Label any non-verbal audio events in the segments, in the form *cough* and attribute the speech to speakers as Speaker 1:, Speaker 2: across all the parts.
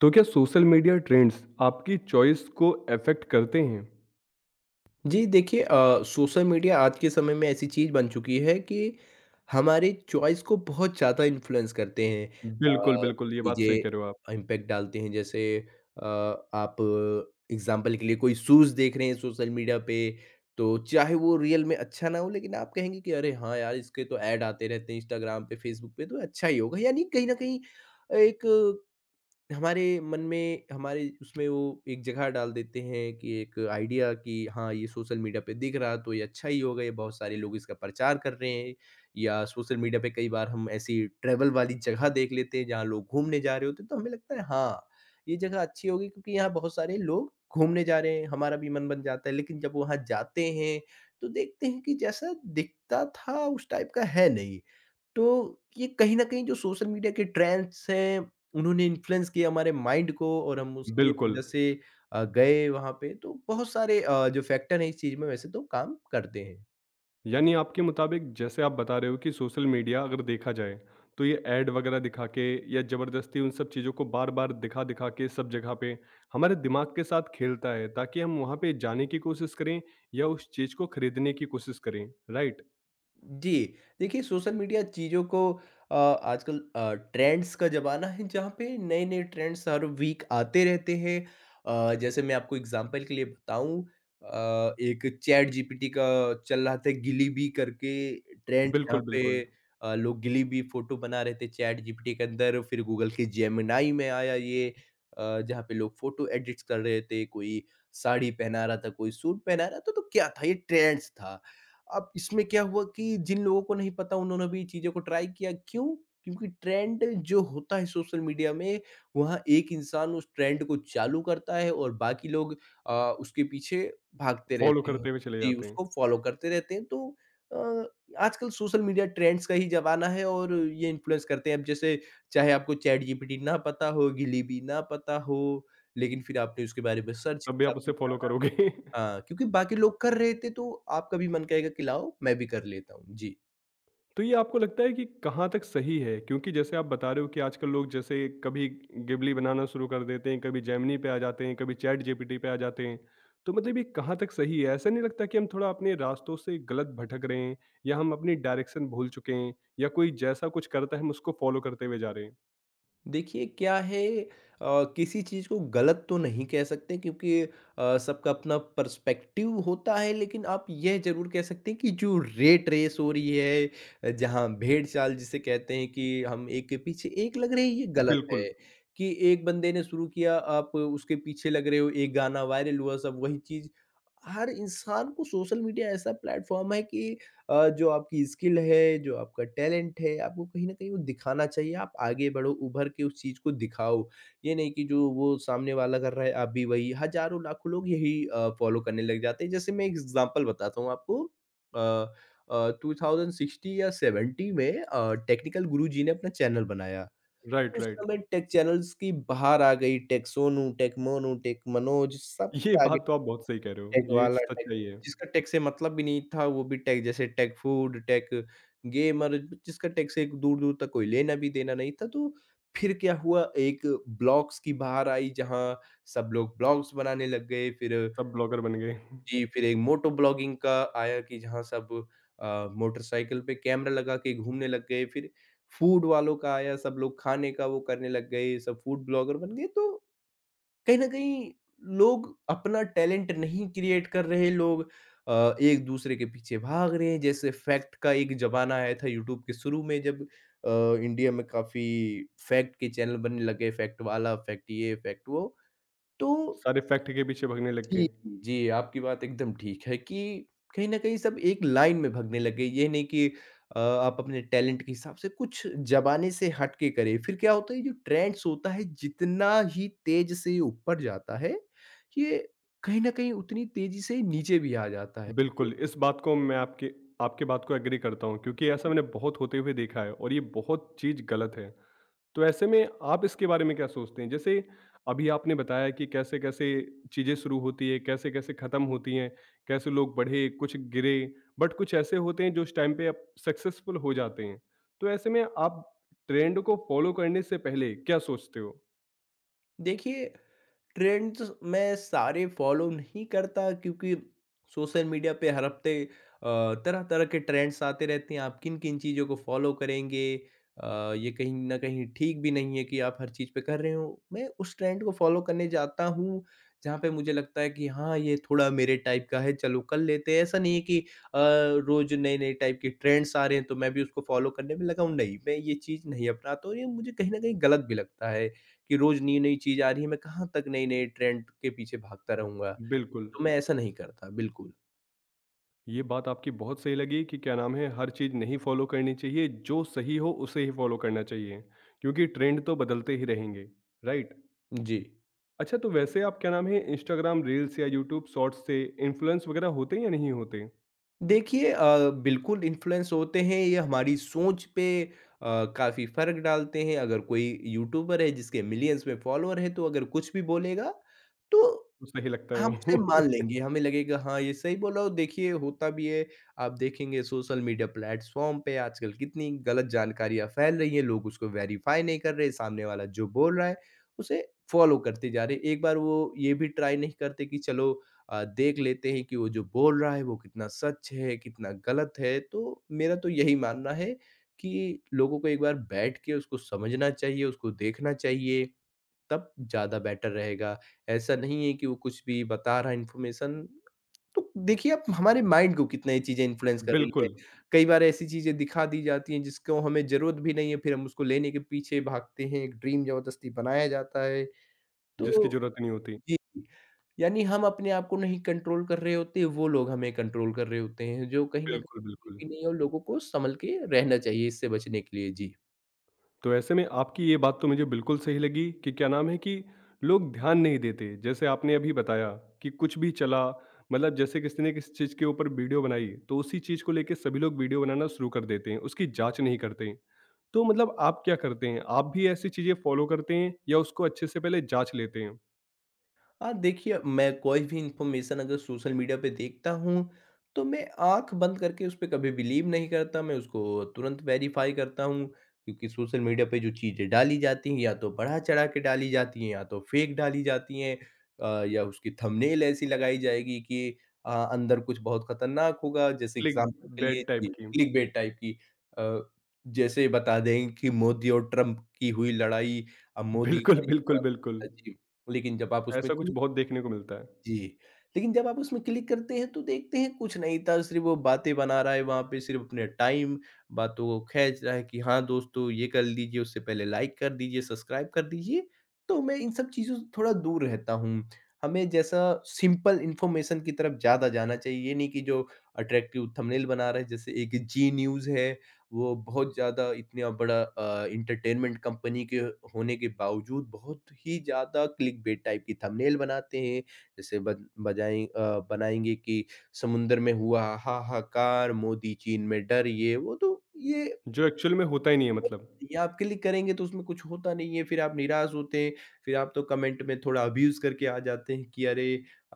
Speaker 1: तो क्या social media trends आपकी चॉइस को अफेक्ट करते हैं?
Speaker 2: जी, देखिए सोशल मीडिया आज के समय में ऐसी चीज़ बन चुकी है कि हमारे चॉइस को बहुत ज़्यादा इन्फ्लुएंस करते हैं,
Speaker 1: बिल्कुल, बिल्कुल, ये बात सही कह रहे हो आप।
Speaker 2: चीज़ें इम्पैक्ट डालते हैं। जैसे आप एग्जाम्पल के लिए कोई शूज़ देख रहे हैं सोशल मीडिया पे, तो चाहे वो रियल में अच्छा ना हो लेकिन आप कहेंगे कि अरे हाँ यार, इसके तो ऐड आते रहते हैं इंस्टाग्राम पे, फेसबुक पे, तो अच्छा ही होगा। यानी कहीं ना कहीं एक हमारे मन में हमारे उसमें वो एक जगह डाल देते हैं कि एक आइडिया कि हाँ, ये सोशल मीडिया पे दिख रहा तो ये अच्छा ही होगा, ये बहुत सारे लोग इसका प्रचार कर रहे हैं। या सोशल मीडिया पे कई बार हम ऐसी ट्रैवल वाली जगह देख लेते हैं जहाँ लोग घूमने जा रहे होते हैं, तो हमें लगता है हाँ, ये जगह अच्छी होगी क्योंकि यहाँ बहुत सारे लोग घूमने जा रहे हैं, हमारा भी मन बन जाता है। लेकिन जब वहाँ जाते हैं, तो देखते हैं कि जैसा दिखता था उस टाइप का है नहीं। तो ये कहीं न कहीं जो सोशल मीडिया के ट्रेंड्स हैं, उन्होंने इन्फ्लुएंस किया हमारे माइंड को और हम उसकी
Speaker 1: बिल्कुल,
Speaker 2: वजह से गए वहाँ पे। तो बहुत सारे जो फैक्टर हैं इस चीज़ में वैसे तो काम करते हैं।
Speaker 1: यानी आपके मुताबिक जैसे आप बता रहे हो कि सोशल मीडिया अगर देखा जाए, तो ये ऐड वगैरह दिखा के या ज़बरदस्ती उन सब चीज़ों को बार-बार दिखा-दिखा के सब जगह पे हमारे दिमाग के साथ खेलता है ताकि हम वहाँ पे जाने की कोशिश करें या उस चीज़ को खरीदने की कोशिश करें, राइट?
Speaker 2: जी, देखिए सोशल मीडिया चीज़ों को आजकल ट्रेंड्स का ज़माना है जहाँ पे नए-नए ट्रेंड्स हर वीक आते रहते हैं। जैसे मैं आपको एग्ज़ाम्पल के लिए बताऊँ, एक चैटजीपीटी का चल रहा था गिलीबी करके ट्रेंड हुँ। जहाँ
Speaker 1: बिल्कुल,
Speaker 2: पे
Speaker 1: बिल्कुल।
Speaker 2: लोग गिलीबी फ़ोटो बना रहे थे चैटजीपीटी के अंदर, फिर गूगल के जेमिनी में आया ये, जहाँ पे लोग फ़ोटो एडिट्स कर रहे थे, कोई साड़ी पहना रहा था, कोई सूट पहना रहा था, तो क्या था, ये ट्रेंड्स था। अब इसमें क्या हुआ कि जिन लोगों को नहीं पता उन्होंने भी चीज़ों को ट्राई किया। क्यों? क्योंकि ट्रेंड जो होता है सोशल मीडिया में, वहाँ एक इंसान उस ट्रेंड को चालू करता है और बाकी लोग अ, उसके पीछे भागते
Speaker 1: फ़ॉलो
Speaker 2: रहते हैं।
Speaker 1: करते हुए चले
Speaker 2: जी,
Speaker 1: जाते हैं,
Speaker 2: उसको फ़ॉलो करते रहते हैं, तो अ, आजकल सोशल मीडिया ट्रेंड्स का ही ज़माना है और ये इन्फ्लुएंस करते हैं। अब जैसे चाहे आपको चैट जीपीटी ना पता हो, गिलीबी ना पता हो, लेकिन फिर आपने उसके बारे में सर्च
Speaker 1: तब भी
Speaker 2: किया,
Speaker 1: आप
Speaker 2: आपने
Speaker 1: उसे फ़ॉलो
Speaker 2: जाना
Speaker 1: करोगे। *laughs*
Speaker 2: हाँ, क्योंकि बाकी लोग कर रहे थे तो आपका भी मन कहेगा कि लाओ मैं भी कर लेता हूँ। जी।
Speaker 1: तो ये आपको लगता है कि कहाँ तक सही है? क्योंकि जैसे आप बता रहे हो कि आजकल लोग जैसे कभी गिबली बनाना शुरू कर देते हैं, कभी जेमिनी पे आ जाते हैं, कभी चैट जीपीटी पे आ जाते हैं। तो मतलब ये कहाँ तक सही है? ऐसा नहीं लगता कि हम थोड़ा अपने रास्तों से गलत भटक रहे हैं या हम अपनी डायरेक्शन भूल चुके हैं या कोई जैसा कुछ करता है हम उसको फॉलो करते हुए जा रहे हैं?
Speaker 2: देखिए क्या है, किसी चीज़ को गलत तो नहीं कह सकते क्योंकि सबका अपना पर्सपेक्टिव होता है, लेकिन आप यह ज़रूर कह सकते हैं कि जो रेट रेस हो रही है, जहाँ भेड़-चाल जिसे कहते हैं कि हम एक के पीछे एक लग रहे हैं, ये गलत
Speaker 1: बिल्कुल।
Speaker 2: है। कि एक बंदे ने शुरू किया आप उसके पीछे लग रहे हो, एक गाना वायरल हुआ सब वही चीज़। हर इंसान को सोशल मीडिया ऐसा प्लेटफ़ॉर्म है कि जो आपकी स्किल है, जो आपका टैलेंट है, आपको कहीं न कहीं वो दिखाना चाहिए। आप आगे बढ़ो, उभर के उस चीज़ को दिखाओ। ये नहीं कि जो वो सामने वाला कर रहा है, आप भी वही। हज़ारों, लाखों लोग यही फ़ॉलो करने लग जाते हैं। जैसे मैं एग्ज़ाम्पल बताता हूँ आपको अ 2060 या 70 में टेक्निकल गुरुजी ने अपना चैनल बनाया।
Speaker 1: राइट,
Speaker 2: उस
Speaker 1: राइट।
Speaker 2: समय टेक चैनल्स की बहार आ गई। Tech Sonu, tech Monu, tech Manoj, सब
Speaker 1: ये
Speaker 2: आ
Speaker 1: बात तो आप बहुत सही कह रहे
Speaker 2: टेक
Speaker 1: हो। ये
Speaker 2: वाला टेक,
Speaker 1: सच्चाई है।
Speaker 2: जिसका टेक से मतलब भी नहीं था वो भी टेक। जैसे टेक फूड, टेक गेमर, जिसका टेक से दूर-दूर तक कोई लेना भी देना नहीं था। तो फिर क्या हुआ, एक ब्लॉग्स की बहार आई जहाँ सब लोग ब्लॉग्स बनाने लग गए। फिर
Speaker 1: सब ब्लॉगर बन गए। *laughs*
Speaker 2: जी, फिर एक मोटो ब्लॉगिंग का आया कि जहाँ सब मोटरसाइकिल पे कैमरा लगा के घूमने लग गए। फिर फूड वालों का आया, सब लोग खाने का वो करने लग गए, सब फूड ब्लॉगर बन गए। तो कहीं न कहीं लोग अपना टैलेंट नहीं क्रिएट कर रहे, लोग एक-दूसरे के पीछे भाग रहे हैं। जैसे फैक्ट का एक ज़माना आया था यूट्यूब के शुरू में, जब अ, इंडिया में काफ़ी फैक्ट के चैनल बनने लगे, फैक्ट वाला, फैक्ट ये, फैक्ट वो। तो
Speaker 1: सारे फैक्ट के पीछे भगने लग
Speaker 2: जी,
Speaker 1: गए।
Speaker 2: जी, आपकी बात एकदम ठीक है कि कहीं न कहीं सब एक लाइन में भागने लग गए। ये नहीं कि आप अपने टैलेंट के हिसाब से कुछ ज़माने से हट के करें। फिर क्या होता है, ये जो ट्रेंड्स होता है, जितना ही तेज़ से ये ऊपर जाता है, ये कहीं न कहीं उतनी तेज़ी से नीचे भी आ जाता है।
Speaker 1: बिल्कुल, इस बात को मैं आपकी आपकी बात को एग्री करता हूँ क्योंकि ऐसा मैंने बहुत होते हुए देखा है और ये बहुत चीज़ गलत है। तो ऐसे में आप इसके बारे में क्या सोचते हैं? जैसे अभी आपने बताया कि कैसे-कैसे चीज़ें शुरू होती है, कैसे-कैसे ख़त्म होती हैं, कैसे लोग बढ़े, कुछ गिरे, बट कुछ ऐसे होते हैं जो उस टाइम पे अप सक्सेसफुल हो जाते हैं। तो ऐसे में आप ट्रेंड को फ़ॉलो करने से पहले क्या सोचते हो?
Speaker 2: देखिए ट्रेंड्स मैं सारे फॉलो नहीं करता क्योंकि सोशल मीडिया पे हर हफ्ते तरह तरह के ट्रेंड्स आते रहते हैं, आप किन किन चीज़ों को फॉलो करेंगे? ये कहीं ना कहीं ठीक भी नहीं है कि आप हर चीज़ पे कर रहे हो। मैं उस ट्रेंड को फॉलो करने जाता हूँ जहाँ पे मुझे लगता है कि हाँ, ये थोड़ा मेरे टाइप का है, चलो कर लेते हैं। ऐसा नहीं है कि रोज नए नए टाइप के ट्रेंड्स आ रहे हैं तो मैं भी उसको फॉलो करने में लगा हूँ। नहीं, मैं ये चीज़ नहीं अपनाता हूँ, ये मुझे कहीं ना कहीं गलत भी लगता है कि रोज़ नई-नई चीज़ आ रही है, मैं कहाँ तक नए-नए ट्रेंड के पीछे भागता रहूँगा।
Speaker 1: बिल्कुल।
Speaker 2: तो मैं ऐसा नहीं करता, बिल्कुल।
Speaker 1: ये बात आपकी बहुत सही लगी कि क्या नाम है हर चीज़ नहीं फॉलो करनी चाहिए, जो सही हो उसे ही फॉलो करना चाहिए, क्योंकि ट्रेंड तो बदलते ही रहेंगे, राइट?
Speaker 2: जी।
Speaker 1: अच्छा तो वैसे आप क्या नाम है इंस्टाग्राम रील्स या यूट्यूब शॉर्ट्स से इन्फ्लुएंस वगैरह होते हैं या नहीं होते?
Speaker 2: देखिए बिल्कुल इन्फ्लुएंस होते हैं, ये हमारी सोच पे काफ़ी फ़र्क डालते हैं। अगर कोई यूट्यूबर है जिसके मिलियंस में फ़ॉलोअर हैं, तो अगर कुछ भी बोलेगा, तो
Speaker 1: तो सही लगता है
Speaker 2: हम उसे
Speaker 1: वो।
Speaker 2: मान
Speaker 1: *laughs*
Speaker 2: लेंगे, हमें लगेगा हाँ, ये सही बोला। और देखिए होता भी है, आप देखेंगे सोशल मीडिया प्लेटफ़ॉर्म पे आजकल कितनी गलत जानकारियाँ फैल रही हैं, लोग उसको वेरीफ़ाई नहीं कर रहे, सामने वाला जो बोल रहा है, उसे फ़ॉलो करते जा रहे हैं। एक बार वो ये भी ट्राई नहीं करते कि चलो देख लेते हैं कि वो जो बोल रहा है, वो कितना सच है, कितना गलत है। तो मेरा तो यही मानना है कि लोगों को एक बार बैठ के उसको समझना चाहिए, उसको देखना चाहिए। तब ज़्यादा बेटर रहेगा। ऐसा नहीं है कि वो कुछ भी बता रहा है इन्फॉर्मेशन। तो देखिए, आप हमारे माइंड को कितना ये चीज़ें इन्फ्लुएंस कर रही है।
Speaker 1: बिल्कुल,
Speaker 2: कई बार ऐसी चीज़ें दिखा दी जाती हैं जिसको हमें ज़रूरत भी नहीं है, फिर हम उसको लेने के पीछे भागते हैं, एक ड्रीम ज़बरदस्ती बनाया जाता है।
Speaker 1: जिसकी
Speaker 2: तो
Speaker 1: ज़रूरत ही नहीं होती।
Speaker 2: जी, यानी हम अपने आप को नहीं कंट्रोल कर रहे होते, वो लोग हमें कंट्रोल कर रहे होते हैं, जो कहीं न कहीं
Speaker 1: बिल्कुल,
Speaker 2: ठीक
Speaker 1: बिल्कुल।
Speaker 2: भी नहीं है और लोगों को संभल के रहना चाहिए इससे बचने के लिए। जी।
Speaker 1: तो ऐसे में आपकी ये बात तो मुझे बिल्कुल सही लगी कि क्या नाम है कि लोग ध्यान नहीं देते। जैसे आपने अभी बताया कि कुछ भी चला मतलब जैसे किसी ने किसी चीज़ के ऊपर वीडियो बनाई, तो उसी चीज़ को लेके सभी लोग वीडियो बनाना शुरू कर देते हैं, उसकी जाँच नहीं करते। हैं। तो मतलब आप क्या करते हैं? आप भी ऐसी चीज़ें फ़ॉलो करते हैं या उसको अच्छे से पहले जाँच लेते हैं?
Speaker 2: हाँ, देखिए मैं कोई भी इन्फॉर्मेशन अगर सोशल मीडिया पे देखता हूँ, तो मैं आँख बंद करके उस पे कभी बिलीव नहीं करता, मैं उसको तुरंत वेरीफ़ाई करता हूँ। क्योंकि सोशल मीडिया पे जो चीज़ें डाली जाती हैं, या तो बढ़ा-चढ़ा के डाली जाती हैं, या तो फ़ेक डाली जाती हैं, या उसकी थंबनेल ऐसी लगाई जाएगी कि अंदर कुछ बहुत खतरनाक होगा। जैसे
Speaker 1: क्लिक
Speaker 2: एग्ज़ाम्पल के लिए
Speaker 1: बैट
Speaker 2: जी,
Speaker 1: टाइप की।
Speaker 2: क्लिकबेट टाइप की। अ, जैसे बता दें कि मोदी और ट्रंप की हुई लड़ाई, अब मोदी का
Speaker 1: बिल्कुल,
Speaker 2: ये
Speaker 1: बिल्कुल,
Speaker 2: बड़ा
Speaker 1: बिल्कुल।
Speaker 2: फैसला। जी, लेकिन जब आप उसमें
Speaker 1: ऐसा कुछ
Speaker 2: क्लिक
Speaker 1: बहुत देखने को मिलता है,
Speaker 2: जी, लेकिन जब आप उसमें क्लिक करते हैं तो देखते हैं कुछ नहीं था, सिर्फ़ वो बातें बना रहा है वहाँ पे, सिर्फ़ अपने टाइम, बातों को खींच रहा है कि हाँ दोस्तों ये कर लीजिए, उससे पहले लाइक कर दीजिए, सब्सक्राइब कर दीजिए। तो मैं इन सब चीज़ों से थोड़ा दूर रहता हूँ। हमें जैसा सिंपल इन्फॉर्मेशन की तरफ ज़्यादा जाना चाहिए, ये नहीं कि जो अट्रैक्टिव थंबनेल बना रहा है। जैसे एक जी न्यूज़ है, वो बहुत ज़्यादा इतना बड़ा एंटरटेनमेंट कंपनी के होने के बावजूद बहुत ही ज़्यादा क्लिकबेट टाइप की थंबनेल बनाते हैं। जैसे बद बजाएँ बनाएँगे कि समुंदर में हुआ हाहाकार, मोदी चीन में डर, ये वो तो ये
Speaker 1: जो एक्चुअल में होता ही नहीं है मतलब।
Speaker 2: ये आपके लिए करेंगे। तो उसमें कुछ होता नहीं है, फिर आप निराश होते हैं, फिर आप तो कमेंट में थोड़ा अब्यूज़ करके आ जाते हैं कि अरे!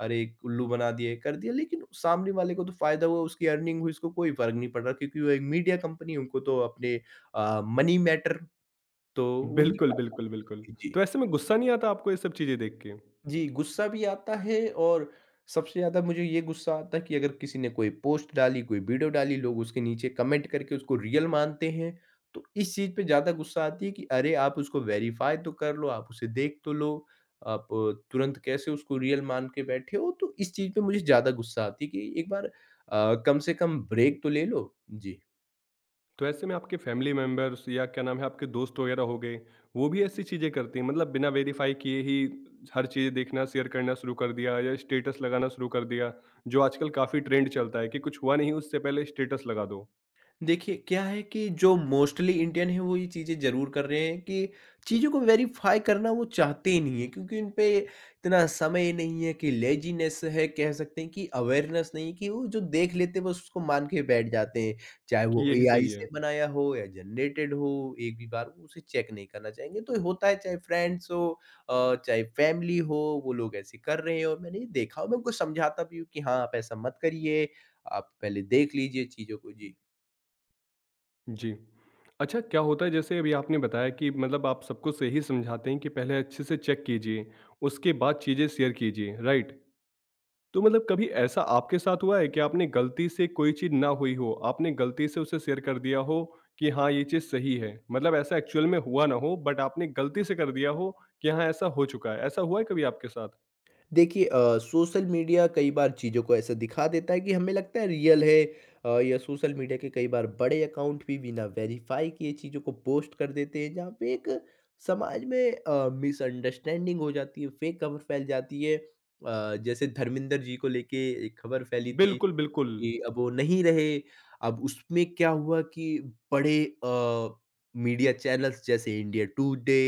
Speaker 2: अरे! उल्लू बना दिए, कर दिया। लेकिन सामने वाले को तो फ़ायदा हुआ, उसकी अर्निंग हुई, उसको कोई फ़र्क नहीं पड़ रहा क्योंकि वो एक मीडिया कंपनी है, उनको तो अपने मनी मैटर। तो वही
Speaker 1: बिल्कुल,
Speaker 2: बात
Speaker 1: बिल्कुल, बिल्कुल।
Speaker 2: आती है। जी।
Speaker 1: तो ऐसे में गुस्सा नहीं आता आपको ये सब चीज़ें देख के?
Speaker 2: जी, गुस्सा भी आता है। और सबसे ज़्यादा मुझे ये गुस्सा आता है कि अगर किसी ने कोई पोस्ट डाली, कोई वीडियो डाली, लोग उसके नीचे कमेंट करके उसको रियल मानते हैं, तो इस चीज़ पे ज़्यादा गुस्सा आती है कि अरे! आप उसको वेरीफ़ाई तो कर लो, आप उसे देख तो लो, आप तुरंत कैसे उसको रियल मान के बैठे हो? तो इस चीज़ पे मुझे ज़्यादा गुस्सा आती है कि एक बार कम से कम ब्रेक तो ले लो। जी।
Speaker 1: तो ऐसे में आपके फैमिली मेंबर्स या क्या नाम है आपके दोस्त वगैरह हो गए वो भी ऐसी चीज़ें करती हैं मतलब बिना वेरीफाई किए ही हर चीज़ देखना शेयर करना शुरू कर दिया या स्टेटस लगाना शुरू कर दिया जो आजकल काफ़ी ट्रेंड चलता है कि कुछ हुआ नहीं उससे पहले स्टेटस लगा दो
Speaker 2: देखिए, क्या है कि जो मोस्टली इंडियन हैं, वो ये चीज़ें ज़रूर कर रहे हैं कि चीज़ों को वेरीफ़ाई करना वो चाहते ही नहीं है क्योंकि उन पे इतना समय नहीं है कि लेज़ीनेस है, कह सकते हैं कि अवेयरनेस नहीं है कि वो जो देख लेते हैं, बस उसको मान के बैठ जाते हैं। चाहे वो
Speaker 1: कि यही
Speaker 2: एआई
Speaker 1: सही है।
Speaker 2: से बनाया हो या जनरेटेड हो, एक भी बार वो उसे चेक नहीं करना चाहेंगे। तो होता है, चाहे फ्रेंड्स हो चाहे फ़ैमिली हो, वो लोग ऐसे कर रहे हैं और मैंने ये देखा और मैं उनको समझाता भी हूँ कि, "हाँ, आप ऐसा मत करिए, आप पहले देख लीजिए चीज़ों को।" जी।
Speaker 1: जी, अच्छा क्या होता है जैसे अभी आपने बताया कि मतलब आप सबको सही समझाते हैं कि पहले अच्छे से चेक कीजिए उसके बाद चीज़ें शेयर कीजिए, राइट? तो मतलब कभी ऐसा आपके साथ हुआ है कि आपने गलती से कोई चीज़ ना हुई हो, आपने गलती से उसे शेयर कर दिया हो कि हाँ, ये चीज़ सही है? मतलब ऐसा एक्चुअल में हुआ ना हो बट आपने गलती से कर दिया हो कि हाँ, ऐसा हो चुका है। ऐसा हुआ है कभी आपके साथ?
Speaker 2: देखिए सोशल मीडिया कई बार चीज़ों को ऐसा दिखा देता है कि हमें लगता है रियल है। या सोशल मीडिया के कई बार बड़े अकाउंट भी बिना वेरीफाई किए चीज़ों को पोस्ट कर देते हैं जहाँ पे एक समाज में मिसअंडरस्टैंडिंग हो जाती है, फेक खबर फैल जाती है। जैसे धर्मेंद्र जी को लेके एक खबर फैली थी
Speaker 1: बिल्कुल, बिल्कुल,
Speaker 2: कि अब वो नहीं रहे। अब उसमें क्या हुआ कि बड़े अ, मीडिया चैनल्स जैसे इंडिया टुडे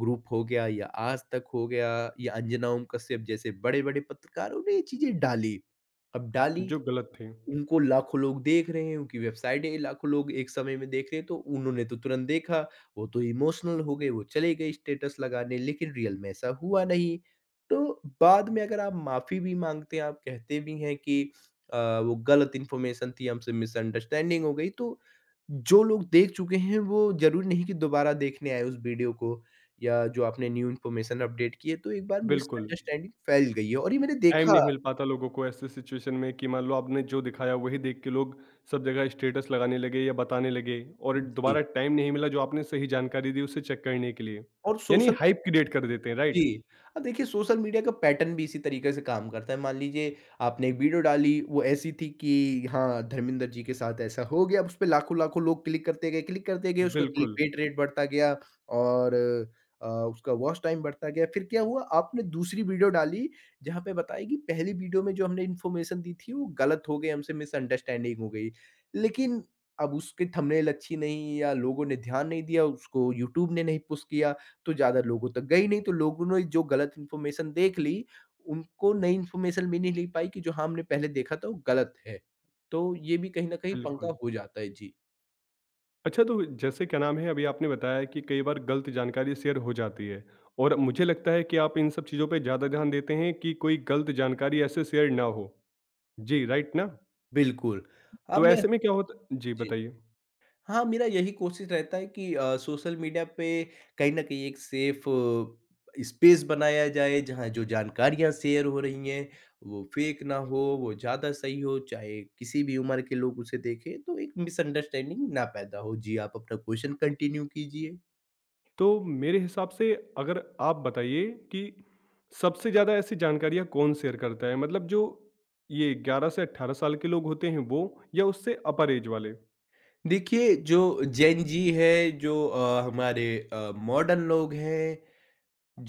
Speaker 2: ग्रुप हो गया या आज तक हो गया या अंजना ओम कश्यप जैसे बड़े-बड़े पत्रकारों ने ये चीज़ें डाली। अब डाली
Speaker 1: जो गलत थे।
Speaker 2: उनको लाखों लोग देख रहे हैं, उनकी वेबसाइट है, लाखों लोग एक समय में देख रहे हैं, तो उन्होंने तो तुरंत देखा, वो तो इमोशनल हो गए, वो चले गए स्टेटस लगाने, लेकिन रियल में ऐसा हुआ नहीं। तो बाद में अगर आप माफ़ी भी माँगते हैं, आप कहते भी हैं कि अ, वो गलत इन्फॉर्मेशन थी, हमसे मिसअंडरस्टैंडिंग हो गई, तो जो लोग देख चुके हैं, वो ज़रूरी नहीं कि दोबारा देखने आएँ उस वीडियो को या जो आपने न्यू इन्फॉर्मेशन अपडेट की है, तो एक बार
Speaker 1: बिल्कुल,
Speaker 2: मिसअंडरस्टैंडिंग फैल गई है और ये मैंने
Speaker 1: टाइम
Speaker 2: देखा।
Speaker 1: नहीं मिल पाता लोगों को ऐसे सिचुएशन में कि मान लो आपने जो दिखाया वही देख के लोग सब जगह स्टेटस लगाने लगे या बताने लगे और
Speaker 2: जी,
Speaker 1: दोबारा टाइम नहीं मिला जो आपने सही जानकारी दी उसे चेक करने के लिए।
Speaker 2: और
Speaker 1: यानी
Speaker 2: सोशल।
Speaker 1: हाइप क्रिएट कर देते हैं, राइट?
Speaker 2: जी। अब देखिए सोशल मीडिया का पैटर्न भी इसी तरीके से काम करता है। मान लीजिए आपने एक वीडियो डाली, वो ऐसी थी कि हाँ, धर्मेंद्र जी के साथ ऐसा हो गया। अब उसपे लाखों-लाखों लोग क्लिक करते गए, उसका
Speaker 1: बिल्कुल।
Speaker 2: क्लिकबेट रेट बढ़ता गया और उसका वॉच टाइम बढ़ता गया। फिर क्या हुआ आपने दूसरी वीडियो डाली जहाँ पे बताया कि पहली वीडियो में जो हमने इन्फॉर्मेशन दी थी वो गलत हो गई, हमसे मिसअंडरस्टैंडिंग हो गई। लेकिन अब उसकी थंबनेल अच्छी नहीं या लोगों ने ध्यान नहीं दिया, उसको यूट्यूब ने नहीं पुश किया। तो ज़्यादा लोगों तक गई नहीं, तो लोगों ने जो गलत इन्फॉर्मेशन देख ली, उनको नई इन्फॉर्मेशन भी नहीं मिल पाई कि जो हमने पहले देखा था वो गलत है। तो ये भी कहीं न कहीं पंगा
Speaker 1: बिल्कुल।
Speaker 2: हो जाता है। जी,
Speaker 1: अच्छा तो जैसे क्या नाम है अभी आपने बताया कि कई बार गलत जानकारी शेयर हो जाती है और मुझे लगता है कि आप इन सब चीज़ों पे ज़्यादा ध्यान देते हैं कि कोई गलत जानकारी ऐसे शेयर ना हो। जी, राइट ना?
Speaker 2: बिल्कुल। अब
Speaker 1: तो
Speaker 2: मैं।
Speaker 1: ऐसे में क्या होता जी,
Speaker 2: जी।
Speaker 1: बताइए।
Speaker 2: हाँ, मेरा यही कोशिश रहता है कि सोशल मीडिया पे कहीं न कहीं एक सेफ स्पेस बनाया जाए, जहाँ जो जानकारियाँ शेयर हो रही हैं, वो फेक ना हो, वो ज़्यादा सही हो, चाहे किसी भी उम्र के लोग उसे देखें, तो एक मिसअंडरस्टैंडिंग ना पैदा हो। जी, आप अपना क्वेश्चन कंटिन्यू कीजिए।
Speaker 1: तो मेरे हिसाब से अगर आप बताइए कि सबसे ज़्यादा ऐसी जानकारियाँ कौन शेयर करता है? मतलब जो ये 11 से 18 साल के लोग होते हैं वो या उससे अपर ऐज वाले?
Speaker 2: देखिए, जो जेन जी है, जो हमारे मॉडर्न लोग हैं,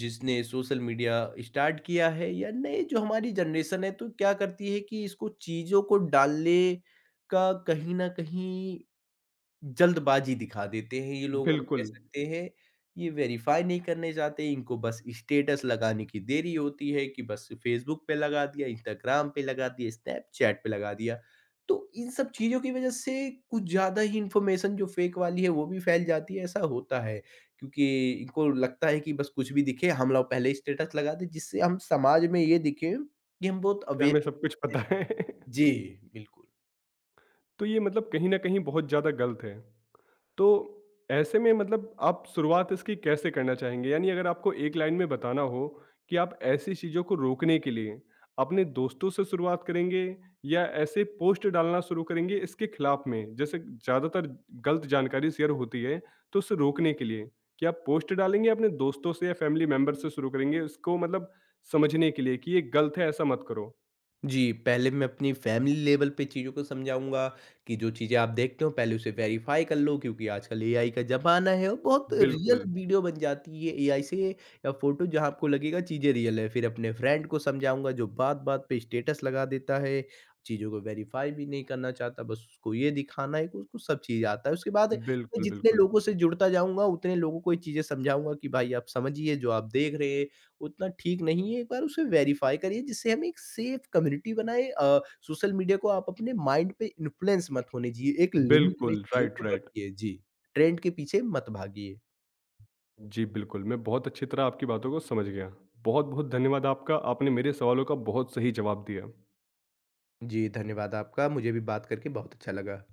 Speaker 2: जिसने सोशल मीडिया स्टार्ट किया है या नए जो हमारी जनरेशन है, तो क्या करती है कि इसको चीज़ों को डालने का कहीं न कहीं जल्दबाज़ी दिखा देते हैं ये लोग हम कह
Speaker 1: बिल्कुल,
Speaker 2: सकते हैं, ये वेरीफ़ाई नहीं करने जाते, इनको बस स्टेटस लगाने की देरी होती है कि बस फ़ेसबुक पे लगा दिया, इंस्टाग्राम पे लगा दिया, स्नैपचैट पे लगा दिया। तो इन सब चीज़ों की वज़ह से कुछ ज़्यादा ही इन्फॉर्मेशन जो फ़ेक वाली है वो भी फैल जाती है, ऐसा होता है। क्योंकि इनको लगता है कि बस कुछ भी दिखे हम लोग पहले स्टेटस लगा दें जिससे हम समाज में ये दिखें कि हम बहुत
Speaker 1: कि
Speaker 2: अवेयर।
Speaker 1: हमें सब कुछ पता है।
Speaker 2: जी, बिल्कुल।
Speaker 1: तो ये मतलब कहीं न कहीं बहुत ज़्यादा गलत है। तो ऐसे में मतलब आप शुरुआत इसकी कैसे करना चाहेंगे? यानी अगर आपको एक लाइन में बताना हो कि आप ऐसी चीज़ों को रोकने के लिए अपने दोस्तों से शुरुआत करेंगे या ऐसे पोस्ट डालना शुरू करेंगे इसके खिलाफ में? जैसे ज़्यादातर गलत जानकारी शेयर होती है, तो उसे रोकने के लिए क्या आप पोस्ट डालेंगे या अपने दोस्तों से या फैमिली मेंबर से शुरू करेंगे इसको मतलब समझने के लिए कि ये गलत है ऐसा मत करो?
Speaker 2: जी, पहले मैं अपनी फ़ैमिली लेवल पे चीज़ों को समझाऊँगा कि जो चीज़ें आप देखते हो पहले उसे वेरीफ़ाई कर लो क्योंकि आजकल एआई का ज़माना है और बहुत रियल
Speaker 1: बिल्कुल,
Speaker 2: वीडियो बन जाती है एआई से या फ़ोटो जहाँ आपको लगेगा चीज़ें रियल है। फिर अपने फ्रेंड को समझाऊँगा जो बात-बात पे स्टेटस लगा देता है, चीज़ों को वेरीफ़ाई भी नहीं करना चाहता बस उसको ये दिखाना है कि उसको सब चीज़ आता है। उसके बाद मैं
Speaker 1: बिल्कुल,
Speaker 2: जितने
Speaker 1: बिल्कुल।
Speaker 2: लोगों से जुड़ता जाऊँगा उतने लोगों को ये चीज़ें समझाऊँगा कि भाई आप समझिए जो आप देख रहे हैं उतना ठीक नहीं है, एक बार उसे वेरीफ़ाई करिए जिससे हम एक सेफ़ कम्युनिटी बनाएँ। सोशल मीडिया को आप अपने माइंड पे इन्फ्लुएंस मत होने दीजिए, एक लिमिट में
Speaker 1: बिल्कुल,
Speaker 2: चीज़ों को
Speaker 1: राइट, राइट।
Speaker 2: रखिए। जी, ट्रेंड के पीछे मत भागिए।
Speaker 1: जी, बिल्कुल, मैं बहुत अच्छी तरह आपकी बातों को समझ गया। बहुत-बहुत धन्यवाद आपका, आपने मेरे सवालों का बहुत सही जवाब दिया।
Speaker 2: जी, धन्यवाद आपका, मुझे भी बात करके बहुत अच्छा लगा।